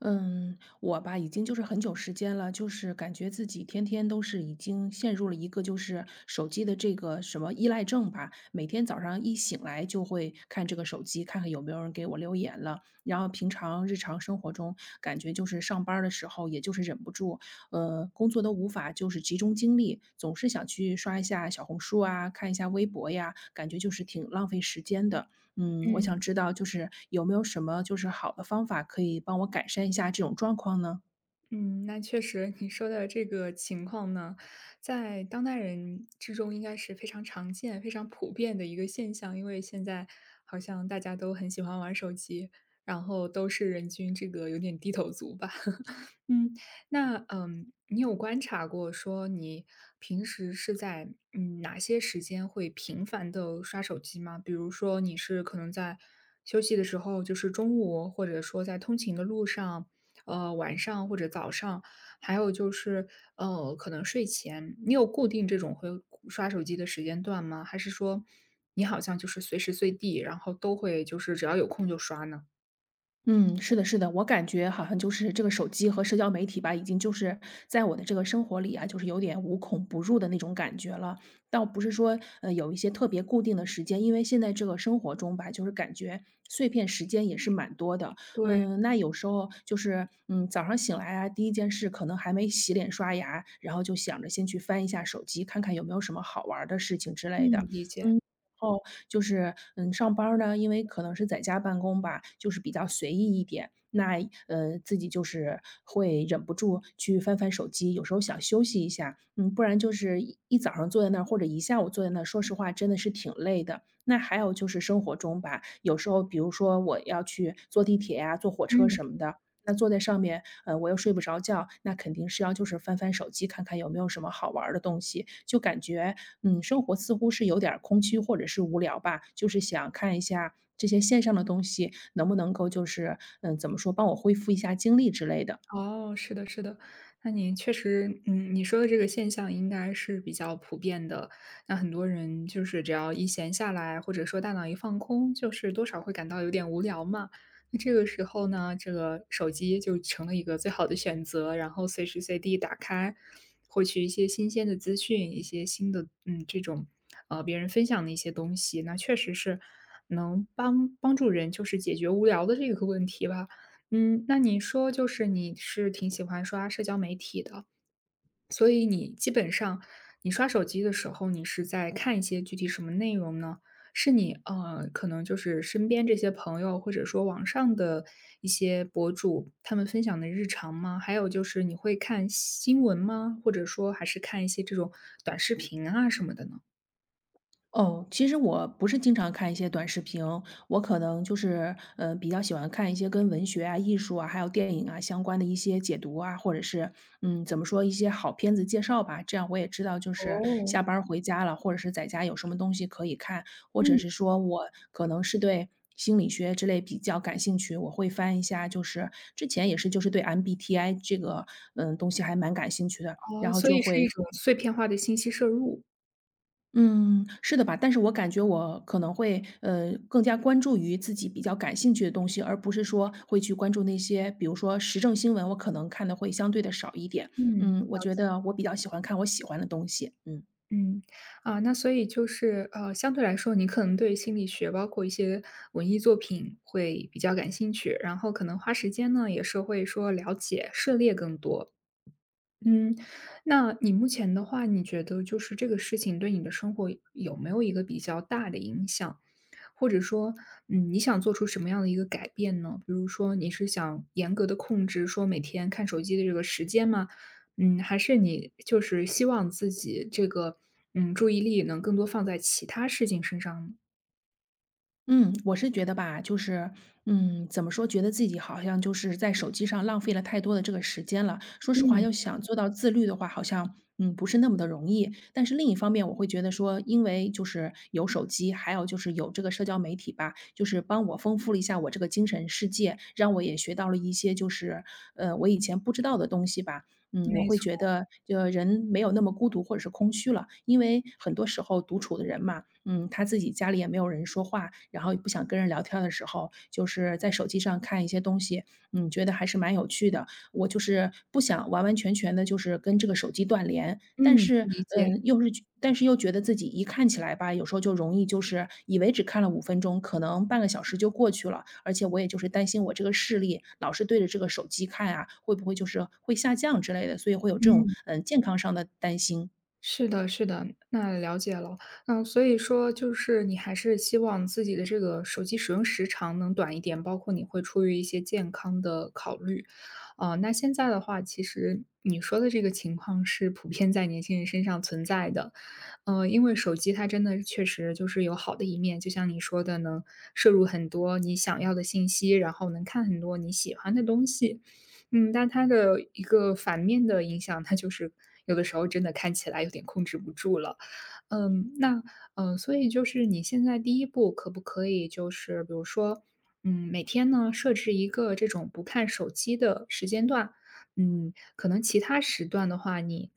嗯，我吧，已经就是很久时间了，就是感觉自己天天都是已经陷入了一个就是手机的这个什么依赖症吧。每天早上一醒来就会看这个手机，看看有没有人给我留言了。然后平常日常生活中，感觉就是上班儿的时候，也就是忍不住，工作都无法就是集中精力，总是想去刷一下小红书啊，看一下微博呀，感觉就是挺浪费时间的。我嗯想知道就是有没有什么就是好的方法可以帮我改善一下这种状况呢？嗯，那确实，你说的这个情况呢，在当代人之中应该是非常常见、非常普遍的一个现象。因为现在好像大家都很喜欢玩手机，然后都是人均这个有点低头族吧。嗯，你有观察过说你平时是在哪些时间会频繁的刷手机吗？比如说你是可能在休息的时候，就是中午，或者说在通勤的路上，晚上或者早上，还有就是可能睡前，你有固定这种会刷手机的时间段吗？还是说你好像就是随时随地，然后都会就是只要有空就刷呢？嗯，是的，是的，我感觉好像就是这个手机和社交媒体吧，已经就是在我的这个生活里啊，就是有点无孔不入的那种感觉了。倒不是说，有一些特别固定的时间，因为现在这个生活中吧，就是感觉碎片时间也是蛮多的。对，那有时候就是，早上醒来啊，第一件事可能还没洗脸刷牙，然后就想着先去翻一下手机，看看有没有什么好玩儿的事情之类嗯，的。理解，后就是，上班儿呢，因为可能是在家办公吧，就是比较随意一点。那，自己就是会忍不住去翻翻手机，有时候想休息一下，不然就是一早上坐在那儿或者一下午坐在那儿，说实话真的是挺累的。那还有就是生活中吧，有时候比如说我要去坐地铁呀、坐火车嗯。什么的，那坐在上面，我又睡不着觉，那肯定是要就是翻翻手机，看看有没有什么好玩儿的东西。就感觉，生活似乎是有点儿空虚或者是无聊吧，就是想看一下这些线上的东西能不能够就是，怎么说，帮我恢复一下精力之类的。哦，是的，是的，那你确实，你说的这个现象应该是比较普遍的。那很多人就是只要一闲下来，或者说大脑一放空，就是多少会感到有点无聊嘛。那这个时候呢，这个手机就成了一个最好的选择，然后随时随地打开，获取一些新鲜的资讯，一些新的，嗯，这种别人分享的一些东西，那确实是能帮助人就是解决无聊的这个问题吧。嗯，那你说就是你是挺喜欢刷社交媒体的，所以你基本上你刷手机的时候，你是在看一些具体什么内容呢？是你可能就是身边这些朋友，或者说网上的一些博主，他们分享的日常吗？还有就是你会看新闻吗？或者说还是看一些这种短视频啊什么的呢？哦，其实我不是经常看一些短视频，我可能就是，比较喜欢看一些跟文学啊、艺术啊，还有电影啊相关的一些解读啊，或者是，怎么说，一些好片子介绍吧。这样我也知道，就是哦，下班儿回家了，或者是在家有什么东西可以看，或者嗯，是说我可能是对心理学之类比较感兴趣，我会翻一下。就是之前也是，就是对 MBTI 这个，东西还蛮感兴趣的，哦，然后所就以是会。一种碎片化的信息摄入。嗯，是的吧，但是我感觉我可能会，更加关注于自己比较感兴趣的东西，而不是说会去关注那些，比如说时政新闻，我可能看的会相对的少一点。嗯。我觉得我比较喜欢看我喜欢的东西，嗯。嗯，啊，那所以就是，相对来说，你可能对心理学，包括一些文艺作品会比较感兴趣，然后可能花时间呢，也是会说了解、涉猎更多。嗯，那你目前的话，你觉得就是这个事情对你的生活有没有一个比较大的影响？或者说，你想做出什么样的一个改变呢？比如说，你是想严格的控制说每天看手机的这个时间吗？嗯，还是你就是希望自己这个，注意力能更多放在其他事情身上呢？嗯，我是觉得吧，就是，怎么说，觉得自己好像就是在手机上浪费了太多的这个时间了。说实话，嗯，要想做到自律的话，好像，不是那么的容易。但是另一方面，我会觉得说，因为就是有手机，还有就是有这个社交媒体吧，就是帮我丰富了一下我这个精神世界，让我也学到了一些就是，我以前不知道的东西吧。我没会错，觉得，人没有那么孤独或者是空虚了，因为很多时候独处的人嘛，他自己家里也没有人说话，然后也不想跟人聊天儿的时候，就是在手机上看一些东西，觉得还是蛮有趣的。我就是不想完完全全的，就是跟这个手机断联，但嗯，是，理解，又觉得自己一看起来吧，有时候就容易就是以为只看了五分钟，可能半个小时就过去了，而且我也就是担心我这个视力老是对着这个手机看啊，会不会就是会下降之类的，所以会有这种嗯。健康上的担心。是的，是的，那了解了。嗯，所以说就是你还是希望自己的这个手机使用时长能短一点，包括你会出于一些健康的考虑。啊、那现在的话，其实你说的这个情况是普遍在年轻人身上存在的。因为手机它真的确实就是有好的一面，就像你说的，能摄入很多你想要的信息，然后能看很多你喜欢的东西。嗯，但它的一个反面的影响，它就是有的时候真的看起来有点控制不住了。嗯，那，所以就是你现在第一步可不可以就是比如说，嗯，每天呢，设置一个这种不看手机的时间段。嗯，可能其他时段的话，你，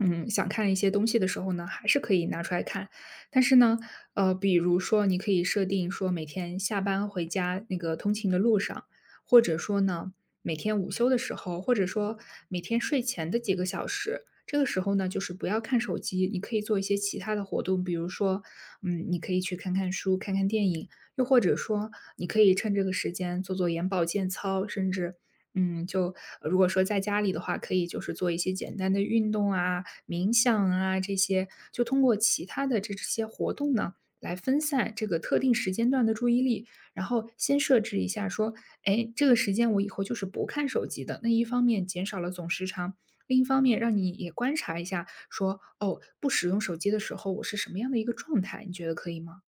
想看一些东西的时候呢，还是可以拿出来看。但是呢，比如说你可以设定说每天下班回家那个通勤的路上，或者说呢，每天午休的时候，或者说每天睡前的几个小时，这个时候呢，就是不要看手机，你可以做一些其他的活动，比如说，你可以去看看书、看看电影，又或者说你可以趁这个时间做做眼保健操，甚至，嗯，就如果说在家里的话，可以就是做一些简单的运动啊、冥想啊这些，就通过其他的这些活动呢，来分散这个特定时间段的注意力，然后先设置一下说，哎，这个时间我以后就是不看手机的。那一方面减少了总时长，另一方面让你也观察一下说，哦，不使用手机的时候我是什么样的一个状态，你觉得可以吗？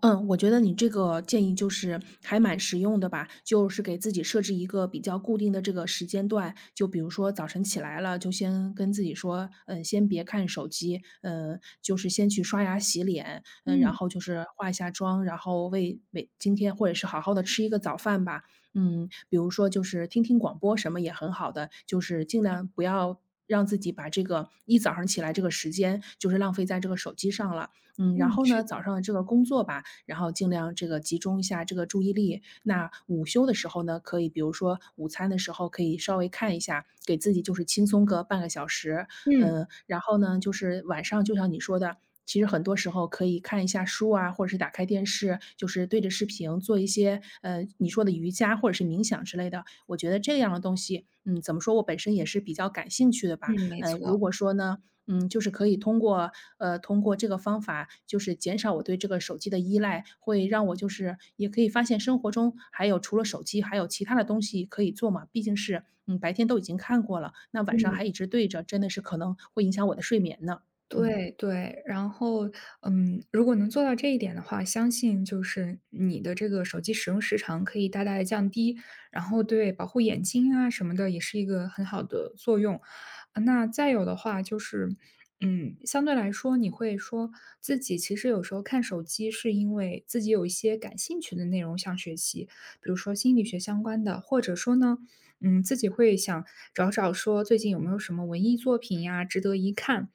嗯，我觉得你这个建议就是还蛮实用的吧，就是给自己设置一个比较固定的这个时间段，就比如说早晨起来了，就先跟自己说，先别看手机，就是先去刷牙洗脸，然嗯后就是化一下妆，然后为今天或者是好好的吃一个早饭吧，比如说就是听听广播什么也很好的，就是尽量不要让自己把这个一早上起来这个时间就是浪费在这个手机上了。然嗯，后是呢，早的，上的这个工作吧，然后尽量这个集中一下这个注意力。那午休的时候呢，可以比如说午餐的时候可以稍微看一下，给自己就是轻松个半个小时。嗯。然后呢，就是晚上就像你说的，其实很多时候可以看一下书啊，或者是打开电视，就是对着视频做一些你说的瑜伽或者是冥想之类的。我觉得这样的东西，怎么说我本身也是比较感兴趣的嗯，吧。没嗯，如错。果说呢，就是可以通过通过这个方法，就是减少我对这个手机的依赖，会让我就是也可以发现生活中还有除了手机，还有其他的东西可以做嘛。毕竟是，白天都已经看过了，那晚上嗯。还一直对着，真的是可能会影响我的睡眠呢。嗯。对对，然后，如果能做到这一点的话，相信就是你的这个手机使用时长可以大大的降低，然后对保护眼睛啊什么的也是一个很好的作用。那再有的话就是，相对来说你会说自己其实有时候看手机是因为自己有一些感兴趣的内容想学习，比如说心理学相关的，或者说呢，自己会想找找说最近有没有什么文艺作品呀，值得一看。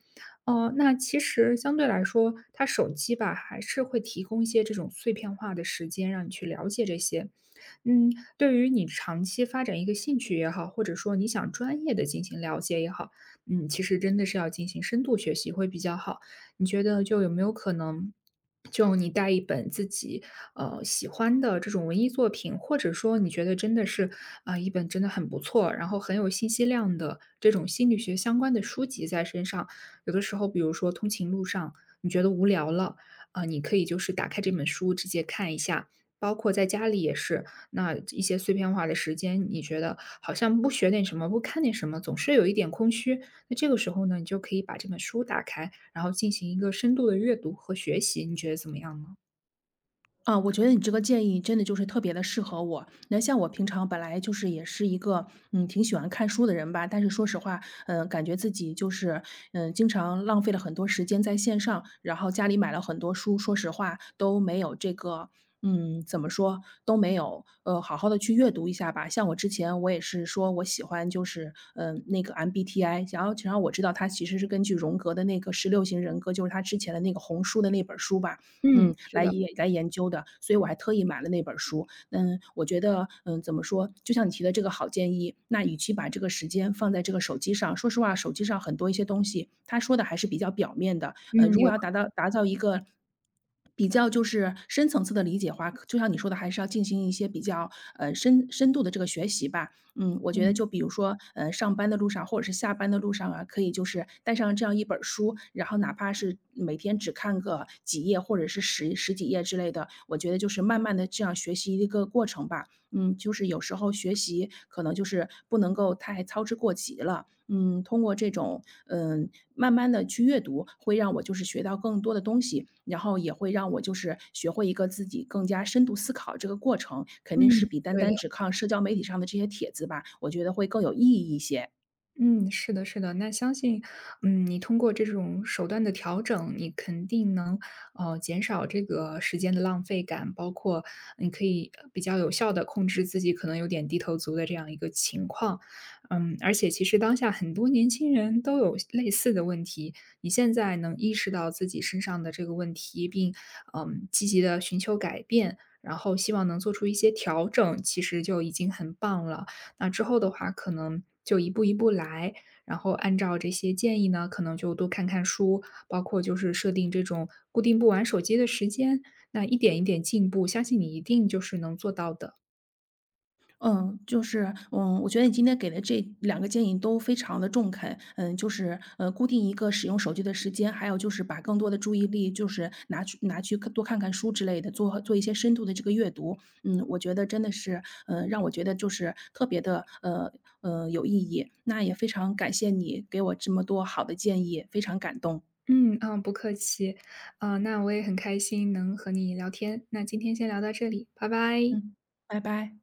哦，那其实相对来说，它手机吧，还是会提供一些这种碎片化的时间，让你去了解这些。嗯，对于你长期发展一个兴趣也好，或者说你想专业的进行了解也好，其实真的是要进行深度学习会比较好。你觉得就有没有可能，就你带一本自己喜欢的这种文艺作品，或者说你觉得真的是啊、一本真的很不错，然后很有信息量的这种心理学相关的书籍在身上。有的时候，比如说通勤路上，你觉得无聊了，啊、你可以就是打开这本书直接看一下。包括在家里也是，那一些碎片化的时间，你觉得好像不学点什么，不看点什么，总是有一点空虚。那这个时候呢，你就可以把这本书打开，然后进行一个深度的阅读和学习，你觉得怎么样呢？啊，我觉得你这个建议真的就是特别的适合我。那像我平常本来就是也是一个，挺喜欢看书的人吧，但是说实话，感觉自己就是，经常浪费了很多时间在线上，然后家里买了很多书，说实话都没有这个怎么说，都没有，好好的去阅读一下吧。像我之前我也是说我喜欢就是，那个 MBTI，然后我知道它其实是根据荣格的那个十六型人格，就是他之前的那个红书的那本书吧，嗯，是来的，研来研究的，所以我还特意买了那本书。嗯，我觉得，怎么说，就像你提的这个好建议，那与其把这个时间放在这个手机上，说实话，手机上很多一些东西，他说的还是比较表面的。嗯，如果有，要达到一个比较就是深层次的理解的话，就像你说的，还是要进行一些比较深度的这个学习吧。我觉得嗯就比如说，上班的路上或者是下班的路上啊，可以就是带上这样一本儿书，然后哪怕是每天只看个几页或者是十几页之类的，我觉得就是慢慢的这样学习一个过程吧。就是有时候学习可能就是不能够太操之过急了，通过这种，慢慢的去阅读，会让我就是学到更多的东西，然后也会让我就是学会一个自己更加深度思考这个过程，肯定是嗯，比单对单的。只看社交媒体上的这些帖子吧，我觉得会更有意义一些。嗯，是的，是的。那相信，你通过这种手段的调整，你肯定能，减少这个时间的浪费感，包括你可以比较有效的控制自己可能有点低头族的这样一个情况。嗯，而且其实当下很多年轻人都有类似的问题，你现在能意识到自己身上的这个问题，并积极的寻求改变，然后希望能做出一些调整，其实就已经很棒了。那之后的话，可能就一步一步来，然后按照这些建议呢，可能就多看看书，包括就是设定这种固定不玩手机的时间，那一点一点进步，相信你一定就是能做到的。嗯，就是，我觉得你今天给的这两个建议都非常的中肯。嗯，就是，固定一个使用手机的时间，还有就是把更多的注意力就是拿去看多看看书之类的，做做一些深度的这个阅读。我觉得真的是，让我觉得就是特别的有意义。那也非常感谢你给我这么多好的建议，非常感动。嗯嗯，不客气，那我也很开心能和你聊天，那今天先聊到这里，拜拜。嗯，拜拜。